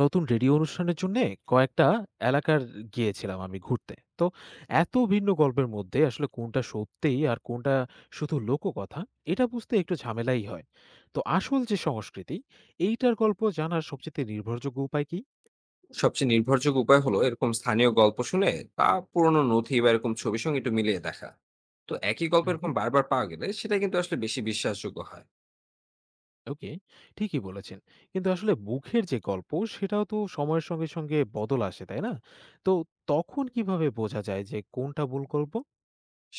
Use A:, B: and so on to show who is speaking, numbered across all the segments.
A: নতুন রেডিও অনুষ্ঠানের জন্যে কয়েকটা এলাকার গিয়েছিলাম আমি ঘুরতে। তো এত ভিন্ন গল্পের মধ্যে আসলে কোনটা সত্যি আর কোনটা শুধু লোককথা, এটা বুঝতে একটু ঝামেলাই হয়। তো আসল যে সংস্কৃতি, এইটার গল্প জানার সবচেয়ে নির্ভরযোগ্য উপায় কি?
B: সবচেয়ে নির্ভরযোগ্য উপায় হলো এরকম স্থানীয় গল্প শুনে বা পুরোনো নথি বা এরকম ছবির সঙ্গে একটু মিলিয়ে দেখা। তো একই গল্প এরকম
A: হুম।
B: বারবার পাওয়া গেলে সেটা কিন্তু আসলে বেশি বিশ্বাসযোগ্য হয়।
A: ওকে, ঠিকই বলেছেন। কিন্তু আসলে মুখের যে গল্প, সেটাও তো সময়ের সঙ্গে, সঙ্গে বদল আসে, তাই না? তো তখন কিভাবে বোঝা যায় যে কোনটা মূল গল্প?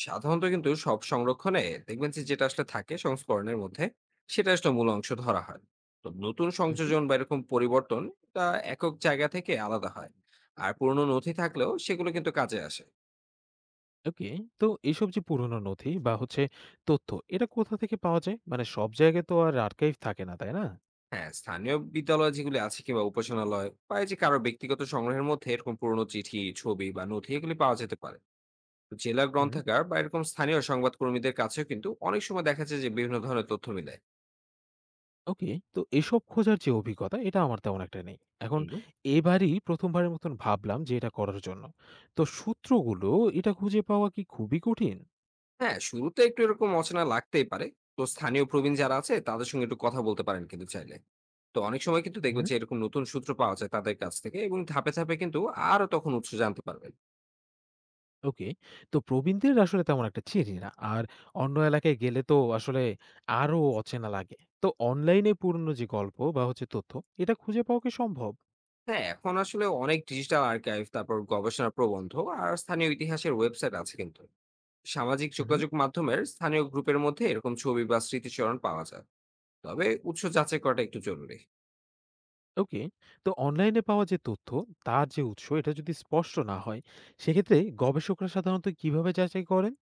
B: সাধারণত কিন্তু সব সংরক্ষণে দেখবেন যে যেটা আসলে থাকে সংস্করণের মধ্যে, সেটা আসলে মূল অংশ ধরা হয়। তো নতুন সংযোজন বা এরকম পরিবর্তন, এটা একক জায়গা থেকে আলাদা হয়। আর পুরোনো নথি থাকলেও সেগুলো কিন্তু কাজে আসে।
A: ওকে। তো এইসব যে পুরোনো নথি বা হচ্ছে তথ্য, এটা কোথা থেকে পাওয়া যায়? মানে সব জায়গায় তো আর আর্কাইভ থাকে না, তাই না?
B: হ্যাঁ, স্থানীয় বিদ্যালয় যেগুলি আছে কিংবা উপাসনালয় বা এই যে কারো ব্যক্তিগত সংগ্রহের মধ্যে এরকম পুরোনো চিঠি, ছবি বা নথি এগুলি পাওয়া যেতে পারে। জেলা
A: হুম।
B: গ্রন্থাগার বা এরকম স্থানীয় সংবাদ কর্মীদের কাছেও কিন্তু অনেক সময় দেখা যায় যে বিভিন্ন ধরনের তথ্য মিলে।
A: ওকে। তো এসব খোঁজার যে অভিজ্ঞতা, এটা আমার তেমন একটা নেই। এখন
B: হুম।
A: এবারই ১ম বারের মতন ভাবলাম যে এটা করার জন্য। তো সূত্রগুলো এটা খুঁজে পাওয়া কি খুবই কঠিন?
B: হ্যাঁ, শুরুতে একটু এরকম অচেনা লাগতেই পারে। তো স্থানীয় প্রবীণ যারা আছে তাদের সঙ্গে একটু কথা বলতে পারেন কিন্তু চাইলে। তো অনেক সময় কিন্তু
A: হুম।
B: দেখবেন যে এরকম নতুন সূত্র পাওয়া যায় তাদের কাছ থেকে এবং ধাপে ধাপে কিন্তু আরো তখন উৎস জানতে পারবেন।
A: ওকে। তো প্রবীণদের আসলে তেমন একটা চিনি না। আর অন্য এলাকায় গেলে তো আসলে আরো অচেনা লাগে। তো অনলাইনে পুরনো যে গল্প বা হচ্ছে তথ্য, এটা খুঁজে পাওয়া কি সম্ভব?
B: হ্যাঁ, এখন আসলে অনেক ডিজিটাল আর্কাইভ, তারপর গবেষণা প্রবন্ধ আর স্থানীয় ইতিহাসের ওয়েবসাইট আছে কিন্তু। সামাজিক
A: হুম।
B: যোগাযোগ মাধ্যমের স্থানীয় গ্রুপের মধ্যে এরকম ছবি বা স্মৃতিচরণ পাওয়া যায়। তবে উৎস যাচাই করাটা একটু জরুরি।
A: ওকে। তো অনলাইনে পাওয়া যে তথ্য, তার যে উৎস এটা যদি স্পষ্ট না হয়, সেক্ষেত্রে গবেষকরা সাধারণত কিভাবে যাচাই করেন?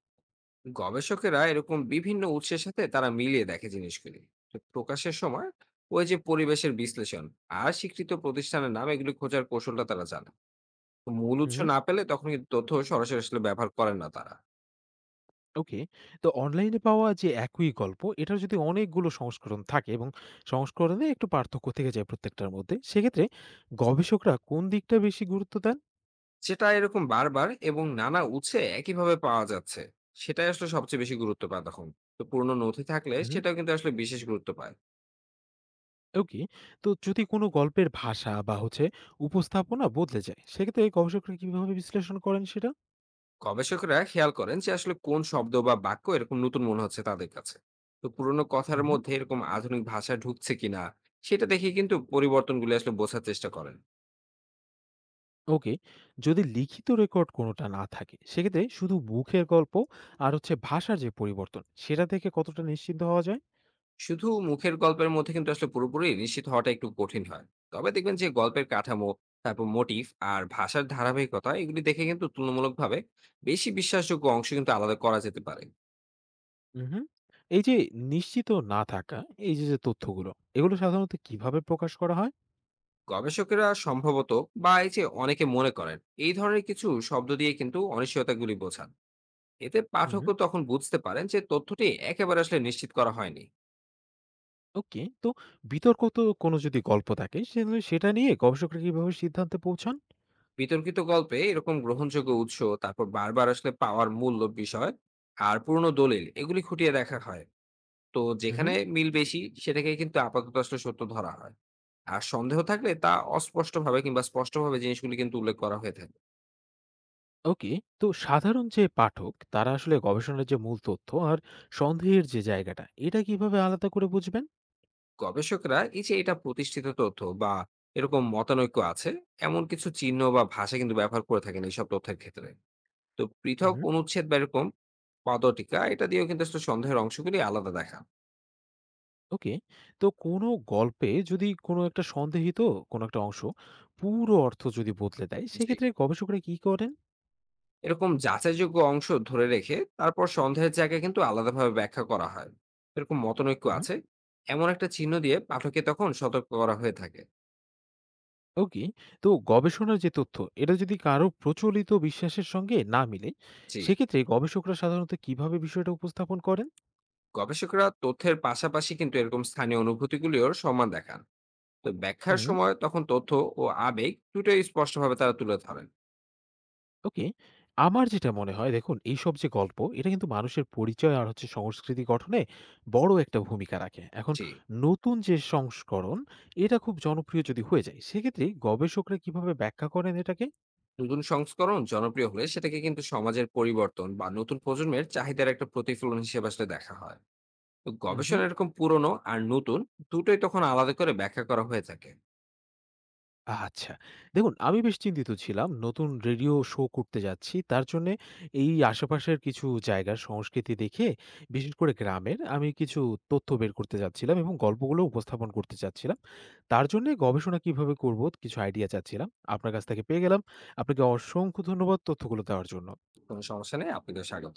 B: গবেষকেরা এরকম বিভিন্ন উৎসের সাথে তারা মিলিয়ে দেখে জিনিসগুলি। তো প্রকাশের সময়, ওই যে পরিবেশের বিশ্লেষণ আর স্বীকৃত প্রতিষ্ঠানের নাম, এগুলি খোঁজার কৌশলটা তারা জানে। তো মূল উৎস
A: উহু,
B: না পেলে তখন কিন্তু তথ্য সরাসরি আসলে ব্যবহার করেন না তারা।
A: ওকে। তো অনলাইনে পাওয়া যে একই গল্প, এটার যদি অনেকগুলো সংস্করণ থাকে এবং সংস্করণে একটু পার্থক্য থেকে যায় প্রত্যেকটার মধ্যে, সেক্ষেত্রে গবেষকরা কোন দিকটা বেশি গুরুত্ব দেন?
B: যেটা এরকম বারবার এবং নানা উৎসে একইভাবে পাওয়া যাচ্ছে সেটাই আসলে সবচেয়ে বেশি গুরুত্ব পায় তখন। তো পুরনো নথি থাকলে
A: উহু,
B: সেটাও কিন্তু আসলে বিশেষ গুরুত্ব পায়।
A: ওকে। তো যদি কোনো গল্পের ভাষা বা হচ্ছে উপস্থাপনা বদলে যায়, সেক্ষেত্রে গবেষকরা কিভাবে বিশ্লেষণ করেন সেটা?
B: গবেষকরা খেয়াল করেন যে আসলে কোন শব্দ বা বাক্য এরকম নতুন মনে হচ্ছে তাদের কাছে। তো পুরোনো কথার
A: উহু।
B: মধ্যে এরকম আধুনিক ভাষা ঢুকছে কিনা সেটা দেখে কিন্তু পরিবর্তনগুলি আসলে বোঝার চেষ্টা করেন।
A: ওকে। যদি লিখিত রেকর্ড কোনোটা না থাকে সেক্ষেত্রে শুধু মুখের গল্প আর হচ্ছে ভাষার যে পরিবর্তন সেটা থেকে কতটা নিশ্চিন্ত হওয়া যায়?
B: শুধু মুখের গল্পের মধ্যে কিন্তু আসলে পুরোপুরি নিশ্চিত হওয়াটা একটু কঠিন হয়। তবে দেখবেন যে গল্পের কাঠামো, তারপর মোটিভ আর ভাষার ধারাবাহিকতা, এগুলি দেখে কিন্তু তুলনামূলকভাবে বেশি বিশ্বাসযোগ্য অংশ কিন্তু আলাদা করা যেতে পারে।
A: হুম। এই যে নিশ্চিত না থাকা, এই যে যে তথ্যগুলো এগুলো সাধারণত কিভাবে প্রকাশ করা হয়?
B: গবেষকেরা সম্ভবত বা এই যে অনেকে মনে করেন, এই ধরনের কিছু শব্দ দিয়ে কিন্তু অনিশ্চয়তাগুলি বোঝান। এতে
A: হুম।
B: পাঠকও তখন বুঝতে পারেন যে তথ্যটি একেবারে আসলে নিশ্চিত করা হয়নি।
A: ওকে। তো বিতর্ক তো কোনো যদি গল্প থাকে সেটা নিয়ে গবেষকরা কিভাবে সিদ্ধান্তে পৌঁছান?
B: বিতর্কিত গল্পে এরকম গ্রহণযোগ্য উৎস, তারপর বারবার আসলে পাওয়ার মূল্য বিষয় আর পুরনো দলিল, এগুলি খুঁটিয়ে দেখা হয়। তো যেখানে
A: হুম।
B: মিল বেশি সেটাকে কিন্তু আপাতত আসলে সত্য ধরা হয়। আর সন্দেহ থাকলে তা অস্পষ্টভাবে কিংবা স্পষ্টভাবে জিনিসগুলি কিন্তু উল্লেখ করা হয়ে থাকে।
A: ওকে। তো সাধারণ যে পাঠক তারা আসলে গবেষণার যে মূল তথ্য আর সন্দেহের যে জায়গাটা এটা কিভাবে আলাদা করে বুঝবেন?
B: গবেষকরা এই যে এটা প্রতিষ্ঠিত তথ্য বা এরকম মতানৈক্য আছে, এমন কিছু চিহ্ন বা ভাষা কিন্তু ব্যবহার করে থাকেন এইসব তথ্যের ক্ষেত্রে। তো পৃথক
A: হুম।
B: অনুচ্ছেদ বা এরকম পদটিকা, এটা দিয়েও কিন্তু আসলে সন্দেহের অংশগুলি আলাদা দেখা।
A: ওকে। তো কোনো গল্পে যদি কোনো একটা সন্দেহিত কোনো একটা অংশ পুরো অর্থ যদি বদলে দেয়,
B: জি,
A: সেক্ষেত্রে গবেষকরা কি করেন?
B: এরকম যাচাইযোগ্য অংশ ধরে রেখে তারপর সন্দেহের জায়গায় কিন্তু আলাদাভাবে ব্যাখ্যা করা হয়। এরকম মতনৈক্য
A: হুম।
B: আছে এমন একটা চিহ্ন দিয়ে পাঠককে তখন সতর্ক করা হয়ে থাকে।
A: ওকে। তো গবেষণার যে তথ্য, এটা যদি কারো প্রচলিত বিশ্বাসের সঙ্গে না মিলে,
B: জি,
A: সেক্ষেত্রে গবেষকরা সাধারণত কিভাবে বিষয়টা উপস্থাপন করেন?
B: গবেষকরা তথ্যের পাশাপাশি কিন্তু এরকম স্থানীয় অনুভূতিগুলিও সম্মান দেখান। তো ব্যাখ্যার
A: হুম।
B: সময় তখন তথ্য ও আবেগ দুটোই স্পষ্টভাবে তারা তুলে ধরেন।
A: ওকে। আমার যেটা মনে হয় দেখুন এইসব যে গল্প এটা কিন্তু মানুষের পরিচয় আর হচ্ছে সংস্কৃতি গঠনে বড় একটা ভূমিকা রাখে। এখন
B: জি,
A: নতুন যে সংস্করণ এটা খুব জনপ্রিয় যদি হয়ে যায় সেক্ষেত্রে গবেষকরা কিভাবে ব্যাখ্যা করেন এটাকে?
B: নতুন সংস্করণ জনপ্রিয় হলে সেটাকে কিন্তু সমাজের পরিবর্তন বা নতুন প্রজন্মের চাহিদার একটা প্রতিফলন হিসেবে আসলে দেখা হয়। তো
A: উহু।
B: গবেষণা এরকম পুরনো আর নতুন দুটোই তখন আলাদা করে ব্যাখ্যা করা হয়ে থাকে।
A: আচ্ছা। দেখুন আমি বেশ চিন্তিত ছিলাম। নতুন রেডিও শো করতে যাচ্ছি। তার জন্যে এই আশেপাশের কিছু জায়গার সংস্কৃতি দেখে বিশেষ করে গ্রামের আমি কিছু তথ্য বের করতে চাচ্ছিলাম এবং গল্পগুলো উপস্থাপন করতে চাচ্ছিলাম। তার জন্যে গবেষণা কিভাবে করব কিছু আইডিয়া চাচ্ছিলাম। আপনার কাছ থেকে পেয়ে গেলাম। আপনাকে অসংখ্য ধন্যবাদ তথ্যগুলো দেওয়ার জন্য।
B: কোনো সমস্যা নেই, আপনাকে স্বাগত।